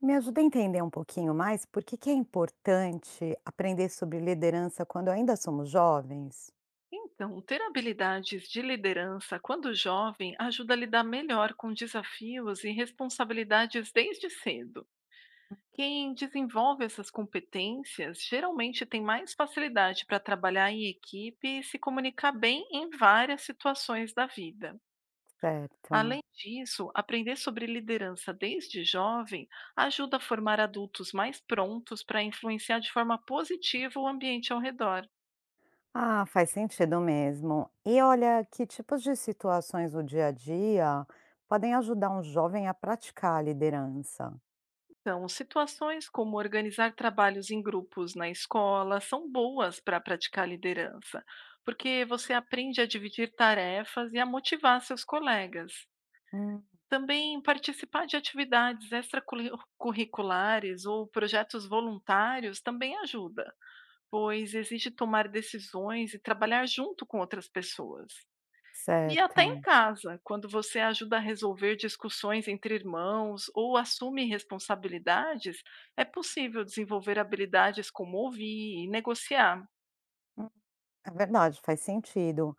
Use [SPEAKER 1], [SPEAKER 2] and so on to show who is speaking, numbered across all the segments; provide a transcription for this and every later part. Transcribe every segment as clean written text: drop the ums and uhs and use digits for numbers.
[SPEAKER 1] Me ajuda a entender um pouquinho mais por que é importante aprender sobre liderança quando ainda somos jovens?
[SPEAKER 2] Então, ter habilidades de liderança quando jovem ajuda a lidar melhor com desafios e responsabilidades desde cedo. Quem desenvolve essas competências geralmente tem mais facilidade para trabalhar em equipe e se comunicar bem em várias situações da vida.
[SPEAKER 1] Certo.
[SPEAKER 2] Além disso, aprender sobre liderança desde jovem ajuda a formar adultos mais prontos para influenciar de forma positiva o ambiente ao redor.
[SPEAKER 1] Ah, faz sentido mesmo. E olha, que tipos de situações do dia a dia podem ajudar um jovem a praticar a liderança?
[SPEAKER 2] Então, situações como organizar trabalhos em grupos na escola são boas para praticar liderança, porque você aprende a dividir tarefas e a motivar seus colegas.
[SPEAKER 1] Hum,
[SPEAKER 2] Também participar de atividades extracurriculares ou projetos voluntários também ajuda, pois exige tomar decisões e trabalhar junto com outras pessoas. E até em
[SPEAKER 1] certo.
[SPEAKER 2] casa, quando você ajuda a resolver discussões entre irmãos ou assume responsabilidades, é possível desenvolver habilidades como ouvir e negociar.
[SPEAKER 1] Hum, É verdade, faz sentido.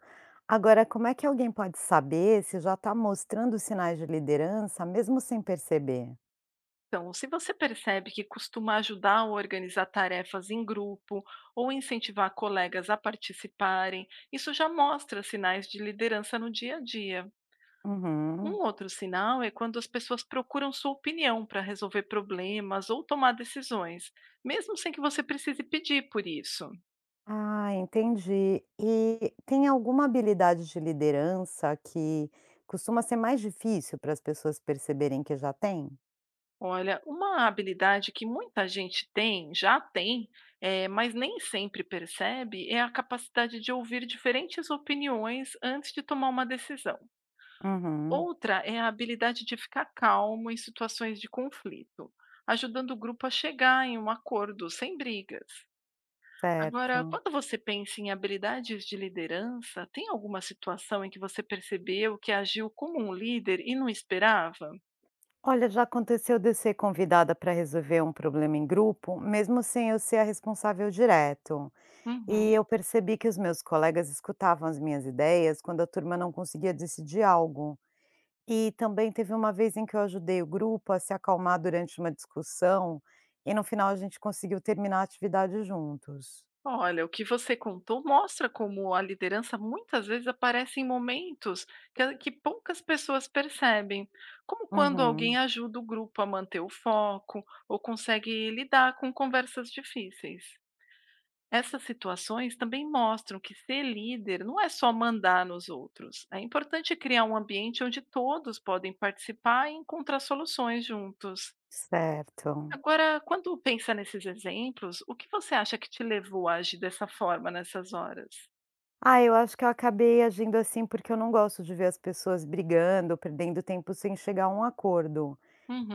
[SPEAKER 1] Agora, como é que alguém pode saber se já está mostrando sinais de liderança, mesmo sem perceber?
[SPEAKER 2] Então, se você percebe que costuma ajudar a organizar tarefas em grupo ou incentivar colegas a participarem, isso já mostra sinais de liderança no dia a dia.
[SPEAKER 1] Uhum.
[SPEAKER 2] Um outro sinal é quando as pessoas procuram sua opinião para resolver problemas ou tomar decisões, mesmo sem que você precise pedir por isso.
[SPEAKER 1] Ah, entendi. E tem alguma habilidade de liderança que costuma ser mais difícil para as pessoas perceberem que já tem?
[SPEAKER 2] Olha, uma habilidade que muita gente tem, já tem, mas nem sempre percebe, é a capacidade de ouvir diferentes opiniões antes de tomar uma decisão.
[SPEAKER 1] Uhum,
[SPEAKER 2] Outra é a habilidade de ficar calmo em situações de conflito, ajudando o grupo a chegar em um acordo sem brigas. Agora,
[SPEAKER 1] certo.
[SPEAKER 2] quando você pensa em habilidades de liderança, tem alguma situação em que você percebeu que agiu como um líder e não esperava?
[SPEAKER 1] Olha, já aconteceu de eu ser convidada para resolver um problema em grupo, mesmo sem eu ser a responsável direto. E
[SPEAKER 2] Uhum.
[SPEAKER 1] eu percebi que os meus colegas escutavam as minhas ideias quando a turma não conseguia decidir algo. E também teve uma vez em que eu ajudei o grupo a se acalmar durante uma discussão, e no final a gente conseguiu terminar a atividade juntos.
[SPEAKER 2] Olha, o que você contou mostra como a liderança muitas vezes aparece em momentos que poucas pessoas percebem, como quando alguém
[SPEAKER 1] Uhum,
[SPEAKER 2] ajuda o grupo a manter o foco ou consegue lidar com conversas difíceis. Essas situações também mostram que ser líder não é só mandar nos outros. É importante criar um ambiente onde todos podem participar e encontrar soluções juntos.
[SPEAKER 1] certo.
[SPEAKER 2] Agora, quando pensa nesses exemplos, o que você acha que te levou a agir dessa forma nessas horas?
[SPEAKER 1] Ah, eu acho que eu acabei agindo assim porque eu não gosto de ver as pessoas brigando, perdendo tempo sem chegar a um acordo.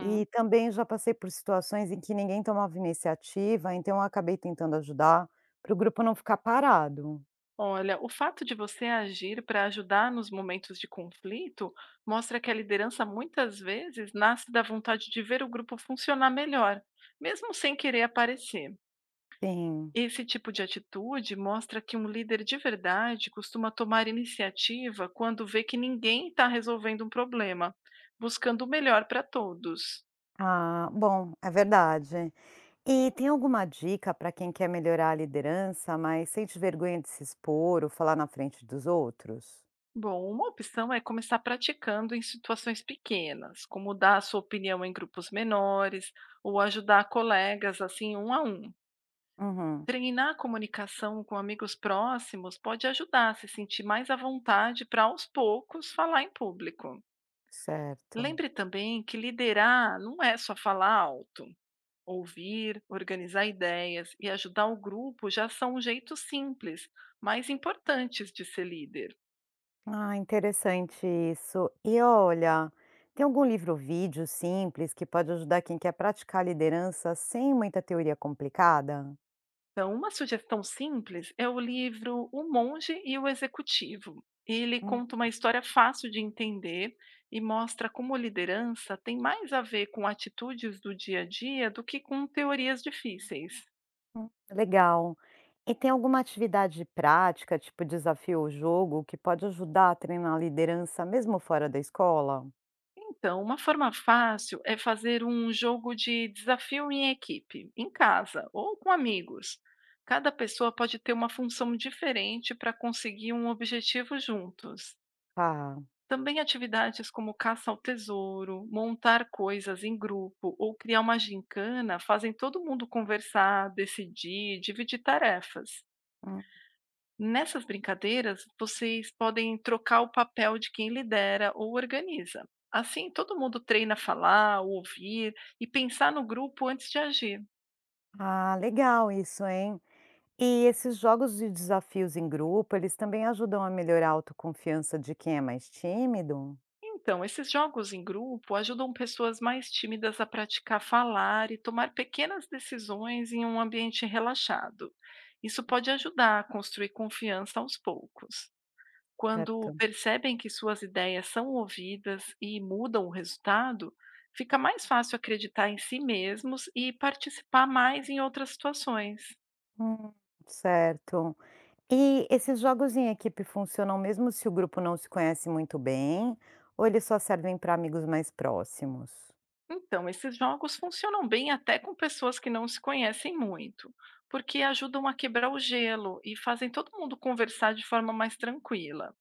[SPEAKER 1] E também já passei por situações em que ninguém tomava iniciativa, então eu acabei tentando ajudar para o grupo não ficar parado.
[SPEAKER 2] Olha, o fato de você agir para ajudar nos momentos de conflito mostra que a liderança muitas vezes nasce da vontade de ver o grupo funcionar melhor, mesmo sem querer aparecer.
[SPEAKER 1] Sim.
[SPEAKER 2] Esse tipo de atitude mostra que um líder de verdade costuma tomar iniciativa quando vê que ninguém está resolvendo um problema, buscando o melhor para todos.
[SPEAKER 1] Ah, bom, é verdade. E tem alguma dica para quem quer melhorar a liderança, mas sente vergonha de se expor ou falar na frente dos outros?
[SPEAKER 2] Bom, uma opção é começar praticando em situações pequenas, como dar a sua opinião em grupos menores ou ajudar colegas assim um a um.
[SPEAKER 1] Uhum.
[SPEAKER 2] Treinar a comunicação com amigos próximos pode ajudar a se sentir mais à vontade para aos poucos falar em público.
[SPEAKER 1] Certo.
[SPEAKER 2] Lembre também que liderar não é só falar alto. Ouvir, organizar ideias e ajudar o grupo já são um jeito simples, mas importantes de ser líder.
[SPEAKER 1] Ah, interessante isso. E olha, tem algum livro ou vídeo simples que pode ajudar quem quer praticar a liderança sem muita teoria complicada?
[SPEAKER 2] Então, uma sugestão simples é o livro O Monge e o Executivo. Ele
[SPEAKER 1] Hum.
[SPEAKER 2] conta uma história fácil de entender e mostra como liderança tem mais a ver com atitudes do dia a dia do que com teorias difíceis.
[SPEAKER 1] Legal. E tem alguma atividade prática, tipo desafio ou jogo, que pode ajudar a treinar a liderança mesmo fora da escola?
[SPEAKER 2] Então, uma forma fácil é fazer um jogo de desafio em equipe, em casa ou com amigos. Cada pessoa pode ter uma função diferente para conseguir um objetivo juntos.
[SPEAKER 1] Tá.
[SPEAKER 2] Também atividades como caça ao tesouro, montar coisas em grupo ou criar uma gincana fazem todo mundo conversar, decidir, dividir tarefas. Nessas brincadeiras, vocês podem trocar o papel de quem lidera ou organiza. Assim, todo mundo treina a falar, ouvir e pensar no grupo antes de agir.
[SPEAKER 1] Ah, legal isso, hein? E esses jogos de desafios em grupo, eles também ajudam a melhorar a autoconfiança de quem é mais tímido?
[SPEAKER 2] Então, esses jogos em grupo ajudam pessoas mais tímidas a praticar falar e tomar pequenas decisões em um ambiente relaxado. Isso pode ajudar a construir confiança aos poucos.
[SPEAKER 1] Certo.
[SPEAKER 2] Quando percebem que suas ideias são ouvidas e mudam o resultado, fica mais fácil acreditar em si mesmos e participar mais em outras situações.
[SPEAKER 1] Hum, certo. E esses jogos em equipe funcionam mesmo se o grupo não se conhece muito bem, ou eles só servem para amigos mais próximos?
[SPEAKER 2] Então, esses jogos funcionam bem até com pessoas que não se conhecem muito, porque ajudam a quebrar o gelo e fazem todo mundo conversar de forma mais tranquila.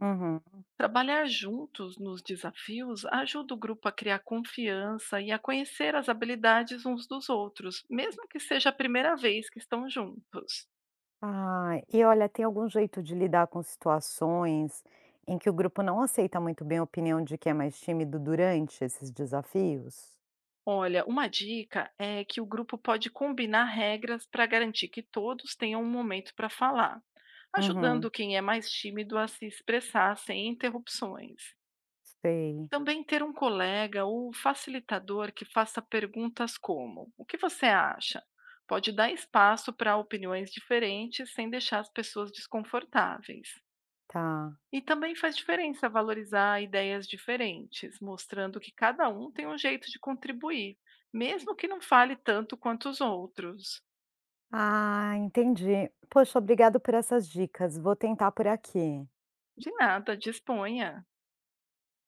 [SPEAKER 1] Uhum.
[SPEAKER 2] Trabalhar juntos nos desafios ajuda o grupo a criar confiança e a conhecer as habilidades uns dos outros, mesmo que seja a primeira vez que estão juntos.
[SPEAKER 1] Ah, e olha, tem algum jeito de lidar com situações em que o grupo não aceita muito bem a opinião de quem é mais tímido durante esses desafios?
[SPEAKER 2] Olha, uma dica é que o grupo pode combinar regras para garantir que todos tenham um momento para falar, ajudando
[SPEAKER 1] Uhum.
[SPEAKER 2] quem é mais tímido a se expressar sem interrupções.
[SPEAKER 1] Sei,
[SPEAKER 2] Também ter um colega ou facilitador que faça perguntas como: O que você acha? Pode dar espaço para opiniões diferentes sem deixar as pessoas desconfortáveis.
[SPEAKER 1] tá.
[SPEAKER 2] E também faz diferença valorizar ideias diferentes, mostrando que cada um tem um jeito de contribuir, mesmo que não fale tanto quanto os outros.
[SPEAKER 1] Ah, entendi. Poxa, obrigado por essas dicas, vou tentar por aqui.
[SPEAKER 2] De nada, disponha.